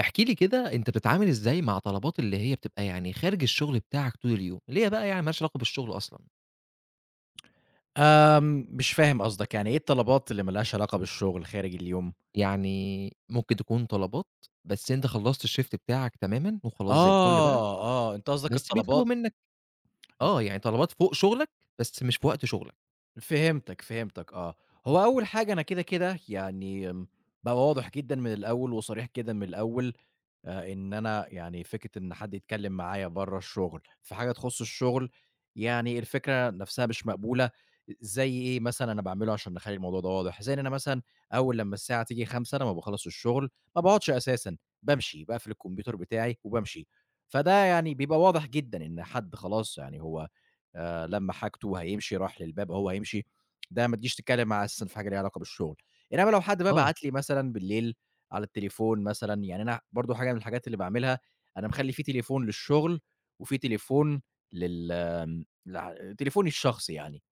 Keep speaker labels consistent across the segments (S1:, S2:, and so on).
S1: احكِ لي كده أنت بتتعامل إزاي مع طلبات اللي هي بتبقى خارج الشغل بتاعك طول اليوم، اللي هي بقى يعني ما لهاش علاقة بالشغل أصلًا،
S2: مش فاهم قصدك، يعني إيه الطلبات اللي ما لهاش علاقة بالشغل خارج اليوم؟
S1: يعني ممكن تكون طلبات بس أنت خلّصت الShift بتاعك تمامًا وخلاص زي الفل بقى،
S2: آه، أنت قصدك
S1: بس بيطلبوا
S2: الطلبات
S1: منك
S2: أن
S1: آه، يعني طلبات فوق شغلك بس مش في وقت شغلك،
S2: فهمتك، فهمتك آه، هو أول حاجة أنا كده، يعني بقى واضح جدًا من الأول وصريح جدًا من الأول إن أنا يعني فكرة إن حد يتكلّم معايا برّه الشغل في حاجة تخُص الشغل، يعني الفكرة نَفْسها مش مقبولة، زي إيه مثلًا أنا باعمله عشان نخلّي الموضوع ده واضح، زي إن أنا مثلًا أول لمّا الساعة تيجي 17:00 لمّا باخلّص الشغل ما باقعدش أساسًا، بامشي، باقفل الكمبيوتر بتاعي وبامشي، فده يعني بيبقى واضح جدًا إن حد خلاص يعني هو لمّى حاجته هيمشي راح للباب أهو هيمشي، ده ما تجيش تتكلّم معاه أساسًا في حاجة ليها علاقة بالشغل، إنّما لو حد بقى
S1: آه،
S2: بعت لي مثلًا بالليل على التليفون مثلًا، يعني أنا برضه حاجة من الحاجات اللي باعملها، أنا مخلّي في تليفون للشغل، وفي تليفون لل آمم، لع تليفوني الشخصي يعني،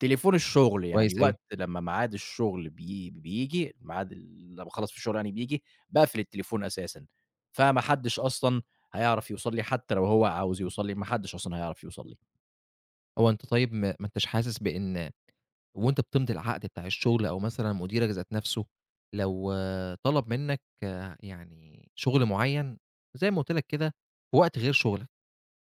S2: تليفون الشغل يعني
S1: كويس أوي.
S2: وقت لمّا ميعاد الشغل بييجي، ميعاد ال لمّا باخلّص في الشغل يعني بييجي، باقفل التليفون أساسًا، فما حدش أصلًا هيعرف يوصل لي حتى لو هو عاوز يوصل لي، ما حدش أصلًا هيعرف يوصل لي.
S1: هو أنت طيب ما أنتش حاسس بإن وأنت بتمضي العقد بتاع الشغل أو مثلًا مديرك ذات نفسه لو آه، طلب منك آه، يعني شغل معيّن زي ما قُلت لك كده في وقت غير شغلك،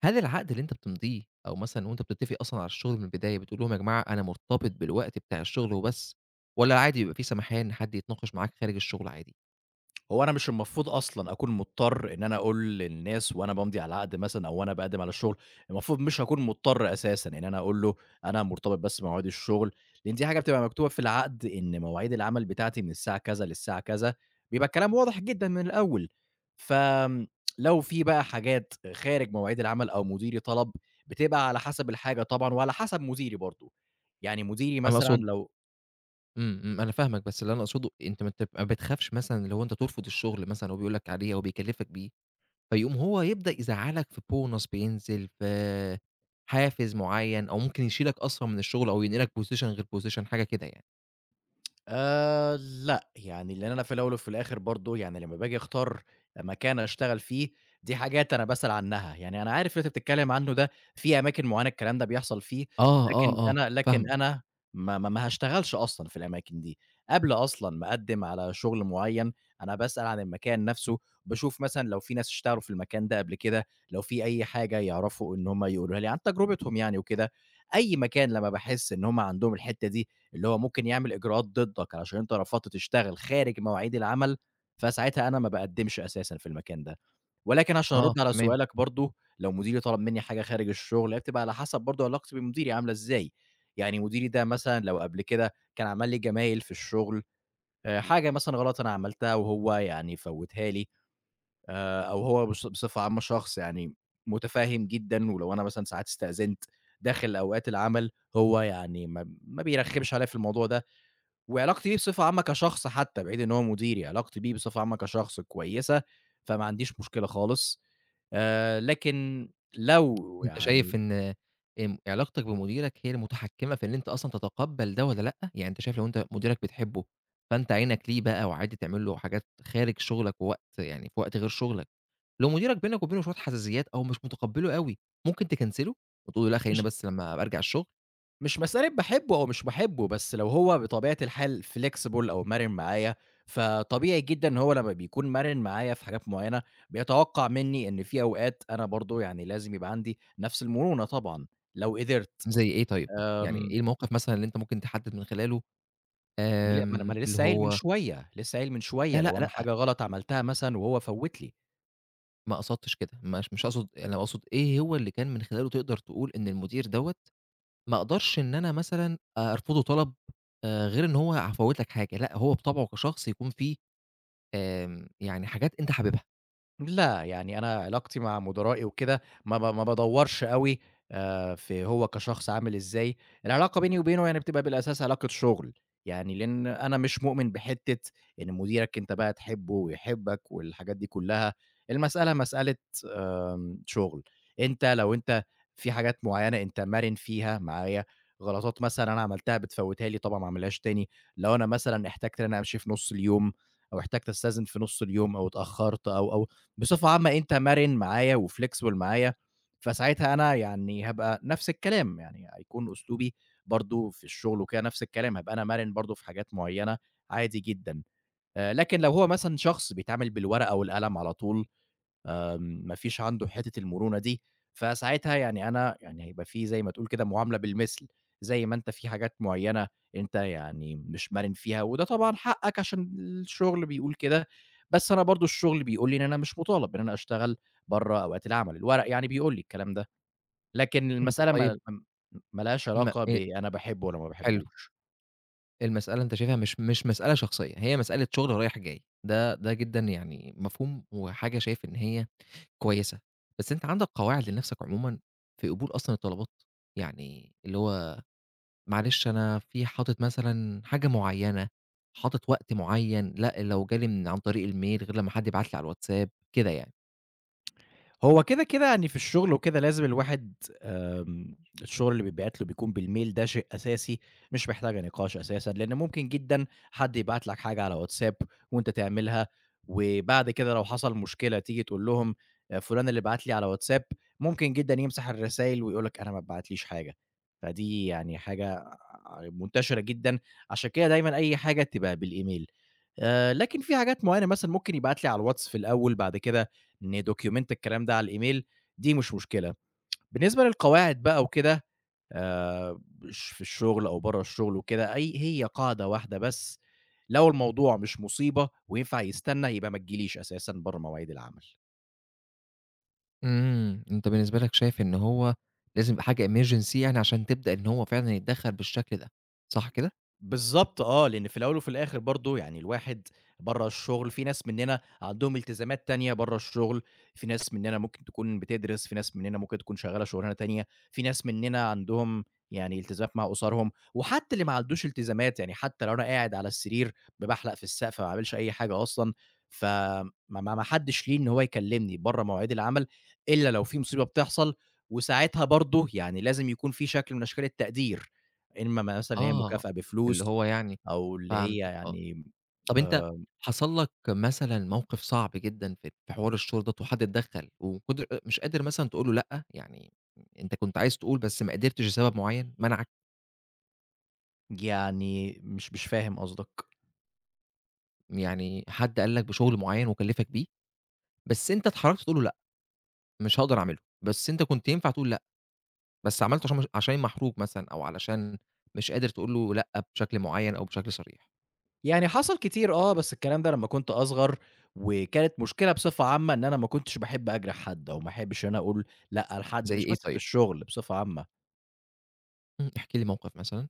S1: هل العقد اللي أنت بتمضيه أو مثلًا وأنت بتتفق أصلًا على الشغل من البداية بتقول لهم يا جماعة أنا مرتبط بالوقت بتاع الشغل وبس، والّا عادي بيبقى في سماحية إن حد يتناقش معاك خارج الشغل عادي؟
S2: هو أنا مش المفروض أصلًا أكون مضطر إن أنا أقول للناس وأنا بامضي على العقد مثلًا أو وأنا باقدّم على الشغل، المفروض مش هاكون مضطر أساسًا إن أنا أقول له أنا مرتبط بس بمواعيد الشغل، لإن دي حاجة بتبقى مكتوبة في العقد إن مواعيد العمل بتاعتي من الساعة كذا للساعة كذا، بيبقى الكلام واضح جدًا من الأول. فآمم لو في بقى حاجات خارج مواعيد العمل أو مديري طلب، بتبقى على حسب الحاجة طبعًا وعلى حسب مديري برضه. يعني مديري
S1: أنا
S2: مثلًا
S1: أقصد
S2: لو
S1: إمم، إمم، أنا فاهمك، بس اللي أنا أقصده أنت ما بتخافش مثلًا اللي هو أنت ترفض الشغل مثلًا هو بيقول لك عليه أو بيكلفك بيه، فيقوم هو يبدأ يزعّلك في bonus بينزل، في حافز معين، أو ممكن يشيلك أصلًا من الشغل أو ينقلك position غير position حاجة كده يعني.
S2: لأ، يعني لإن أنا في الأول وفي الآخر برضه يعني لمّا باجي أختار مكان أشتغل فيه، دي حاجات أنا باسأل عنها، يعني أنا عارف اللي أنت بتتكلم عنه ده في أماكن معيّنة الكلام ده بيحصل فيه، لكن
S1: آه،
S2: أنا لكن
S1: فاهمك،
S2: أنا ما هاشتغلش أصلًا في الأماكن دي، قبل أصلًا ما أقدّم على شغل معيّن، أنا باسأل عن المكان نفسه، باشوف مثلًا لو في ناس اشتغلوا في المكان ده قبل كده، لو في أي حاجة يعرفوا إن هُم يقولوها لي عن تجربتهم يعني وكده، أي مكان لمّا باحس إن هُم عندهم الحتّة دي اللي هو ممكن يعمل إجراءات ضدّك علشان أنت رفضت تشتغل خارج مواعيد العمل، فساعتها أنا ما باقدّمش أساسًا في المكان ده. ولكن عشان
S1: آه،
S2: أرُد على
S1: تمام.
S2: سؤالك برضه، لو مديري طلب منّي حاجة خارج الشغل، هي بتبقى على حسب برضه علاقتي بمديري عاملة إزاي. يعني مديري ده مثلًا لو قبل كده كان عمل لي جمايل في الشغل، حاجة مثلًا غلط أنا عملتها وهو يعني فوّتها لي، أو هو بص بصفة عامة شخص يعني مُتفهِّم جدًا، ولو أنا مثلًا ساعات استأذنت داخل أوقات العمل، هو يعني ما بيرخّمش عليّا في الموضوع ده، وعلاقتي بيه بصفة عامة كشخص حتى، بعيد إن هو مديري، علاقتي بيه بصفة عامة كشخص كويسة، فما عنديش مشكلة خالص. لكن لو
S1: أنت
S2: يعني
S1: شايف إن علاقتك بمديرك هي المتحكمة في إن أنت أصلًا تتقبّل ده والّا لأ؟ يعني أنت شايف لو أنت مديرك بتحبه، فأنت عينك ليه بقى وعادي تعمل له حاجات خارج شغلك ووقت يعني في وقت غير شغلك، لو مديرك بينك وبينه شوية حساسيات أو مش متقبّله أوي، ممكن تكنسله وتقول له لأ خلّينا
S2: مش
S1: بس لمّا أبقى أرجع الشغل؟
S2: مش مسألة باحبه أو مش باحبه، بس لو هو بطبيعة الحال flexible أو مرن معايا، فطبيعي جدًا إن هو لمّا بيكون مرن معايا في حاجات معينة، بيتوقع مني إن في أوقات أنا برضه يعني لازم يبقى عندي نفس المرونة طبعًا لو قدرت.
S1: زي إيه طيب؟ يعني
S2: آمم،
S1: إيه الموقف مثلًا اللي أنت ممكن تحدد من خلاله
S2: ما أنا ل ما أنا ما أنا
S1: اللي
S2: لسه قايل من
S1: هو
S2: شوية، لسه قايل من
S1: لا،
S2: شوية لو
S1: لأ،
S2: أنا
S1: لأ،
S2: حاجة غلط عملتها مثلًا وهو فوّت لي.
S1: ما قصدتش كده، مش أقصد يعني أنا أقصد إيه هو اللي كان من خلاله تقدر تقول إن المدير دوّة ما أقدرش إن أنا مثلًا أرفضه طلب غير إن هو هافوّت لك حاجة، لأ هو بطبعه كشخص يكون فيه يعني حاجات أنت حاببها،
S2: لأ، يعني أنا علاقتي مع مُدرائي وكده ما بادوّرش أوي في هو كشخص عامل إزاي، العلاقة بيني وبينه يعني بتبقى بالأساس علاقة شُغل، يعني لإن أنا مش مؤمن بحتّة إن مديرك أنت بقى تحبّه ويحبّك والحاجات دي كُلّها، المسألة مسألة شغل، أنت لو في حاجات معيّنة أنت مرِن فيها معايا، غلطات مثلًا أنا عملتها بتفوّتها لي طبعًا ما أعملهاش تاني، لو أنا مثلًا احتجت إن أنا أمشي في نُص اليوم أو احتجت أستأذن في نُص اليوم أو اتأخرت أو، بصفة عامة أنت مرِن معايا وflexible معايا، فساعتها أنا يعني هابقى نفْس الكلام، يعني هيكون أسلوبي برضه في الشغل وكده نفْس الكلام، هابقى أنا مرِن برضه في حاجات معيّنة عادي جدًا، لكن لو هو مثلًا شخص بيتعامل بالورقة والقلم على طول ما فيش عنده حتّة المرونة دي، فساعتها يعني أنا يعني هيبقى في زي ما تقول كده معاملة بالمثل، زي ما أنت في حاجات معيّنة أنت يعني مش مرن فيها، وده طبعًا حقك عشان الشغل بيقول كده، بس أنا برضه الشغل بيقول لي إن أنا مش مطالب إن أنا أشتغل برّه أوقات العمل، الورق يعني بيقول لي الكلام ده، لكن
S1: أنت
S2: المسألة
S1: طيب
S2: ما لهاش
S1: م
S2: علاقة ب أنا باحبه والّا ما
S1: حلو،
S2: باحبوش.
S1: المسألة أنت شايفها مش مسألة شخصية، هي مسألة شغل رايح جاي، ده جدًا يعني مفهوم وحاجة شايف إن هي كويسة، بس أنت عندك قواعد لنفسك عمومًا في قبول أصلًا الطلبات؟ يعني اللي هو معلش أنا في حاطط مثلًا حاجة معيّنة، حاطط وقت معيّن، لأ لو جالي من عن طريق الmail غير لمّا حد يبعت لي على الWhatsApp كده يعني.
S2: هو كده، كده يعني في الشغل وكده لازم الواحد آمم، الشغل اللي بيتبعت له بيكون بالmail ده شيء أساسي، مش محتاجة نقاش أساسًا، لإن ممكن جدًا حد يبعت لك حاجة على واتساب وأنت تعملها، وبعد كده لو حصل مشكلة تيجي تقول لهم فلان اللي بعت لي على واتساب، ممكن جدًا يمسح الرسايل ويقول لك أنا ما اتبعتليش حاجة، فدي يعني حاجة آه، منتشرة جدًا، عشان كده دايمًا أي حاجة تبقى بالإيميل. لكن في حاجات معينة مثلًا ممكن يبعت لي على الواتس في الأول، بعد كده نdocument الكلام ده على الإيميل، دي مش مشكلة. بالنسبة للقواعد بقى وكده آآ، ش في الشغل أو برّه الشغل وكده، أي هي قاعدة واحدة بس، لو الموضوع مش مصيبة وينفع يستنى، يبقى ما تجيليش أساسًا برّه مواعيد العمل.
S1: إمم، أنت بالنسبة لك شايف إن هو لازم يبقى حاجة emergency يعني عشان تبدأ إن هو فعلًا يتدخّل بالشكل ده، صح كده؟
S2: بالضبط آه، لإن في الأول وفي الآخر برضه يعني الواحد برّه الشغل في ناس مننا عندهم التزامات تانية برّه الشغل، في ناس مننا ممكن تكون بتدرس، في ناس مننا ممكن تكون شغّالة شُغلانة تانية، في ناس مننا عندهم يعني التزامات مع أسرهم، وحتى اللي ما عندوش التزامات، يعني حتى لو أنا قاعد على السرير بابحلق في السقف ما باعملش أي حاجة أصلًا، فما ما ما حدش ليه إن هو يكلمني برّه مواعيد العمل، إلا لو في مصيبة بتحصل، وساعتها برضه يعني لازم يكون في شكل من أشكال التقدير، إما مثلًا إن هي
S1: آه،
S2: مكافأة
S1: اللي
S2: بفلوس
S1: هو يعني
S2: أو اللي هي
S1: فهمتك آه.
S2: يعني
S1: طَب أنت
S2: آآ
S1: حصل لك مثلًا موقف صعب جدًا في حوار الشغل دوّة وحد اتدخّل وقدر مش قادر مثلًا تقول له لأ، يعني أنت كنت عايز تقول بس ما قدرتش لسبب معيّن منعك؟
S2: يعني مش فاهم قصدك.
S1: يعني حد قال لك بشغل معيّن وكلّفك بيه، بس أنت اتحرجت تقول له لأ، مش هاقدر أعمله، بس أنت كنت ينفع تقول لأ، بس عملته عشان مش عشان محروج مثلًا أو علشان مش قادر تقول له لأ بشكل معيّن أو بشكل صريح،
S2: يعني حصل كتير آه، بس الكلام ده لمّا كنت أصغر، وكانت مشكلة بصفة عامة إن أنا ما كنتش باحب أجرح حد، أو ما احبش إن أنا أقول لأ لحد،
S1: زي
S2: مش
S1: إيه
S2: بس في
S1: طيب؟
S2: الشغل بصفة عامة.
S1: إمم، احكِ لي موقف مثلًا.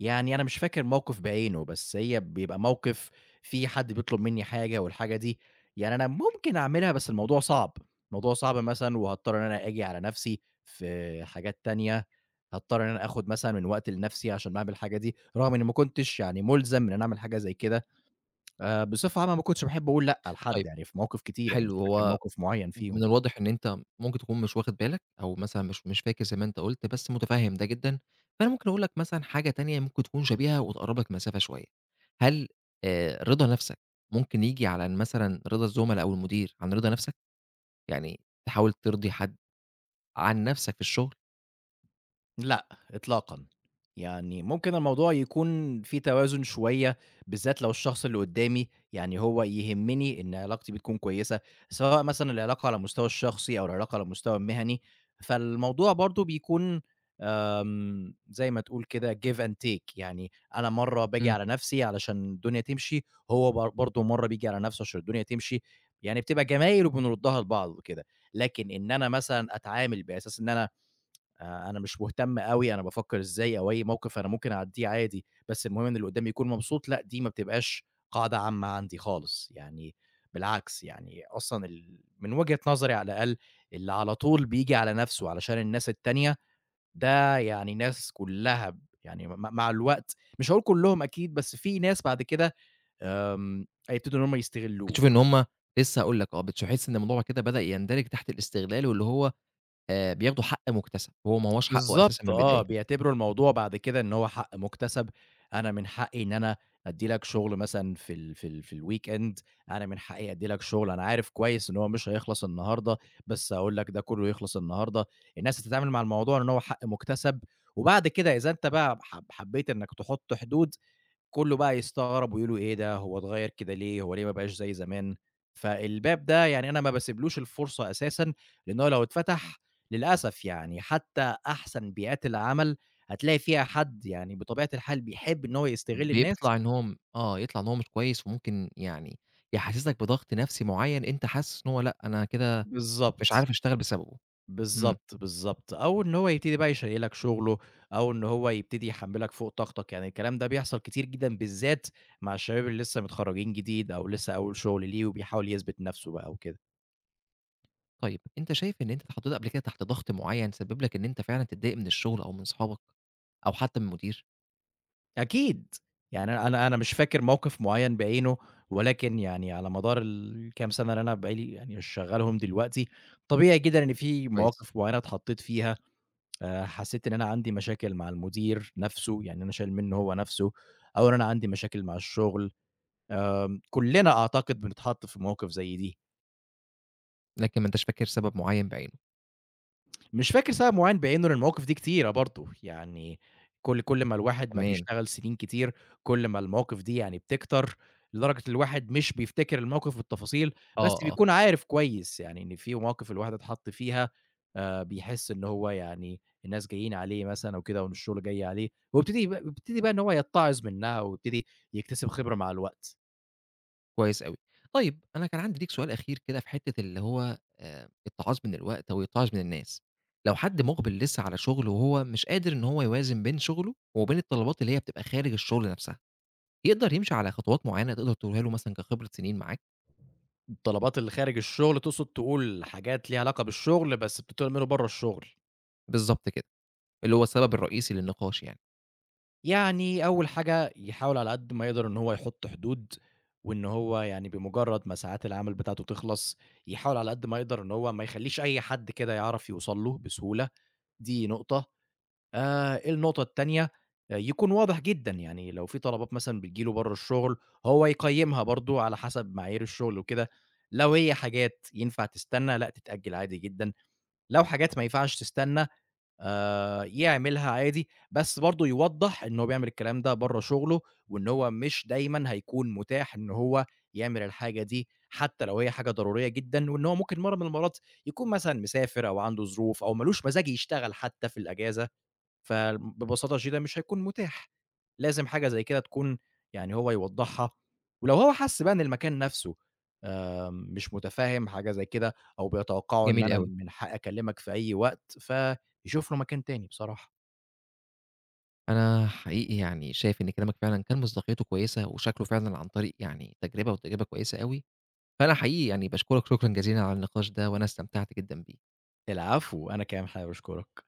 S2: يعني أنا مش فاكر موقف بعينه، بس هي بيبقى موقف في حد بيطلب منّي حاجة والحاجة دي يعني أنا ممكن أعملها بس الموضوع صعب، الموضوع صعب مثلًا وهاضطر إن أنا آجي على نَفْسي في حاجات تانية، هاضطر إن أنا آخُد مثلًا من وقت لنَفْسي عشان أعمل الحاجة دي، رغم إنّي ما كنتش يعني مُلزم إن أنا أعمل حاجة زي كده، بصفة عامة ما كنتش باحب أقول لأ
S1: طيب
S2: لحد، يعني في مواقف كتير، أنا مش
S1: حلو،
S2: فاكر
S1: هو
S2: موقف معيّن
S1: من
S2: فيهم.
S1: الواضح إن أنت ممكن تكون مش واخد بالك أو مثلًا مش فاكر زي ما أنت قُلت، بس متفهّم ده جدًا، فأنا ممكن أقول لك مثلًا حاجة تانية ممكن تكون شبيهة وتقرّب لك مسافة شوية، هل رضا نَفْسك ممكن ييجي على مثلًا رضا الزُملا أو المدير عن رضا نَفْسك؟ يعني تحاول ترضي حد عن نفسك في الشغل،
S2: لأ، إطلاقًا. يعني ممكن الموضوع يكون في توازن شوية، بالذات لو الشخص اللي قدّامي يعني هو يهمّني إن علاقتي بيه تكون كويسة، سواء مثلًا العلاقة على المستوى الشخصي أو العلاقة على المستوى المهني، فالموضوع برضه بيكون زي ما تقول كده give and take يعني أنا مرّة باجي
S1: إمم.
S2: على نَفْسي علشان الدنيا تمشي، هو بر برضه مرّة بييجي على نَفْسه عشان الدنيا تمشي، يعني بتبقى جمايل وبنردّها لبعض وكده. لكن إن أنا مثلًا أتعامل بأساس إن أنا أنا مش مهتم أوي أنا بافكّر إزاي أو أي موقف أنا ممكن أعدّيه عادي، بس المهم إن اللي قدّامي يكون مبسوط، لأ دي ما بتبقاش قاعدة عامة عندي خالص، يعني بالعكس يعني أصلًا من وجهة نظري على الأقل اللي على طول بييجي على نَفْسه علشان الناس التانية، ده يعني ناس كُلّها ب يعني م مع الوقت مش هاقول كُلّهم أكيد، بس في ناس بعد كده هيبتدوا إن هم يستغلّوه.
S1: بتشوف إن هُم لسه هاقول لك آه، بتحس إن الموضوع كده بدأ يندرج تحت الاستغلال، واللي هو بياخدوا حق مُكتسب، هو ما هوّاش حقه أساسًا من
S2: بالضبط آه،
S1: البداية،
S2: بيعتبروا الموضوع بعد كده إن هو حق مُكتسب، أنا من حقي إن أنا أدّي لك شغل مثلًا في ال في ال في الweekend أنا من حقي أدّي لك شغل، أنا عارف كويس إن هو مش هيخلص النهارده، بس هاقول لك ده كلّه يخلص النهارده، الناس هتتعامل مع الموضوع إن هو حق مُكتسب، وبعد كده إذا أنت بقى حبّيت إنك تحط حدود كُلّه بقى يستغرب ويقولوا إيه ده، هو اتغيّر كده ليه، هو ليه ما بقاش زي زمان؟ فالباب ده يعني أنا ما باسيبلوش الفرصة أساسًا، لأن هو لو اتفتح للأسف يعني حتى أحسن بيئات العمل هتلاقي فيها حد يعني بطبيعة الحال بيحب إن هو يستغل الناس
S1: بيطلع إن هو م آه، يطلع إن هو مش كويس، وممكن يعني يحسسك بضغط نفسي معيّن أنت حاسس إن هو لأ، أنا كده مش
S2: بالضبط،
S1: عارف أشتغل بسببه. إمم،
S2: بالضبط، بالضبط، أو إن هو يبتدي بقى يشيّل لك شغله أو إن هو يبتدي يحمّلك فوق طاقتك، يعني الكلام ده بيحصل كتير جدًا بالذات مع الشباب اللي لسه متخرّجين جديد أو لسه أول شغل ليه وبيحاول يثبت نَفْسه بقى وكده.
S1: طيب أنت شايف إن أنت اتحطيت قبل كده تحت ضغط معيّن سبب لك إن أنت فعلًا تتضايق من الشغل أو من صحابك، أو حتى من المدير؟
S2: أكيد. يعني أنا مش فاكر موقف معيّن بعينه، ولكن يعني على مدار الكام سَنة اللي أنا بقى لي يعني شغّالهم دلوقتي، طبيعي جدًا إن في
S1: كويس،
S2: مواقف معيّنة اتحطّيت فيها، حسّيت إن أنا عندي مشاكل مع المدير نَفْسه، يعني أنا شايل منّه هو نَفْسه، أو إن أنا عندي مشاكل مع الشُغل، آآ كُلّنا أعتقد بنتحط في مواقف زي دي.
S1: لكن ما أنتش فاكر سبب معيّن بعينه،
S2: مش فاكر سبب معيّن بعينه، لأن المواقف دي كتيرة برضه، يعني كل ما الواحد ما
S1: تمام،
S2: بيشتغل سنين كتير، كل ما المواقف دي يعني بتكتر، لدرجة الواحد مش بيفتكر الموقف بالتفاصيل، بس
S1: آه، آه.
S2: بيكون عارف كويس يعني إن في مواقف الواحد اتحط فيها بيحس إن هو يعني الناس جايين عليه مثلًا أو كده، وإن الشغل جاي عليه، ويبتدي بقى بيبتدي بقى إن هو يتعظ منها، ويبتدي يكتسب خبرة مع الوقت.
S1: كويس أوي. طيب أنا كان عندي ليك سؤال أخير كده في حتّة اللي هو التعاظ من الوقت أو التعاظ من الناس. لو حد مُقبِل لسه على شُغله وهو مش قادر إن هو يوازن بين شُغله وبين الطلبات اللي هي بتبقى خارج الشُغل نَفْسها، يقدر يمشي على خطوات معيّنة تقدر تقولها له مثلًا كخبرة سنين معاك؟
S2: الطلبات اللي خارج الشغل تقصد تقول حاجات ليها علاقة بالشغل، بس بتطلب منه برّه الشغل.
S1: بالضبط كده، اللي هو السبب الرئيسي للنقاش يعني.
S2: يعني أول حاجة يحاول على قد ما يقدر إن هو يحُط حدود، وإن هو يعني بمجرّد ما ساعات العمل بتاعته تخلص، يحاول على قد ما يقدر إن هو ما يخلّيش أي حد كده يعرف يوصل له بسهولة، دي نقطة. النقطة التانية، آه، يكون واضح جدًا، يعني لو في طلبات مثلًا بتيجي له برّه الشغل، هو يقيّمها برضه على حسب معايير الشغل وكده، لو هي حاجات ينفع تستنى، لأ تتأجّل عادي جدًا، لو حاجات ما ينفعش تستنى يعملها عادي، بس برضه يوضّح إن هو بيعمل الكلام ده برّه شغله، وإن هو مش دايمًا هيكون متاح إن هو يعمل الحاجة دي، حتى لو هي حاجة ضرورية جدًا، وإن هو ممكن مرّة من المرّات يكون مثلًا مسافر أو عنده ظروف أو ما لوش مزاج يشتغل حتى في الأجازة، فببساطة شديدة مش هيكون متاح، لازم حاجة زي كده تكون يعني هو يوضّحها، ولو هو حَس بقى إن المكان نَفْسه مش مُتفهِّم حاجة زي كده أو بيتوقّعوا إن
S1: جميل
S2: أنا
S1: أوي.
S2: من حقي أكلّمك في أي وقت، فيشوف له مكان تاني بصراحة.
S1: أنا حقيقي يعني شايف إن كلامك فعلًا كان مصداقيته كويسة وشكله فعلًا عن طريق يعني تجربة وتجربة كويسة أوي، فأنا حقيقي يعني باشكرك شكرًا جزيلًا على النقاش ده وأنا استمتعت جدًا بيه.
S2: العفو، أنا كمان حابب أشكرك.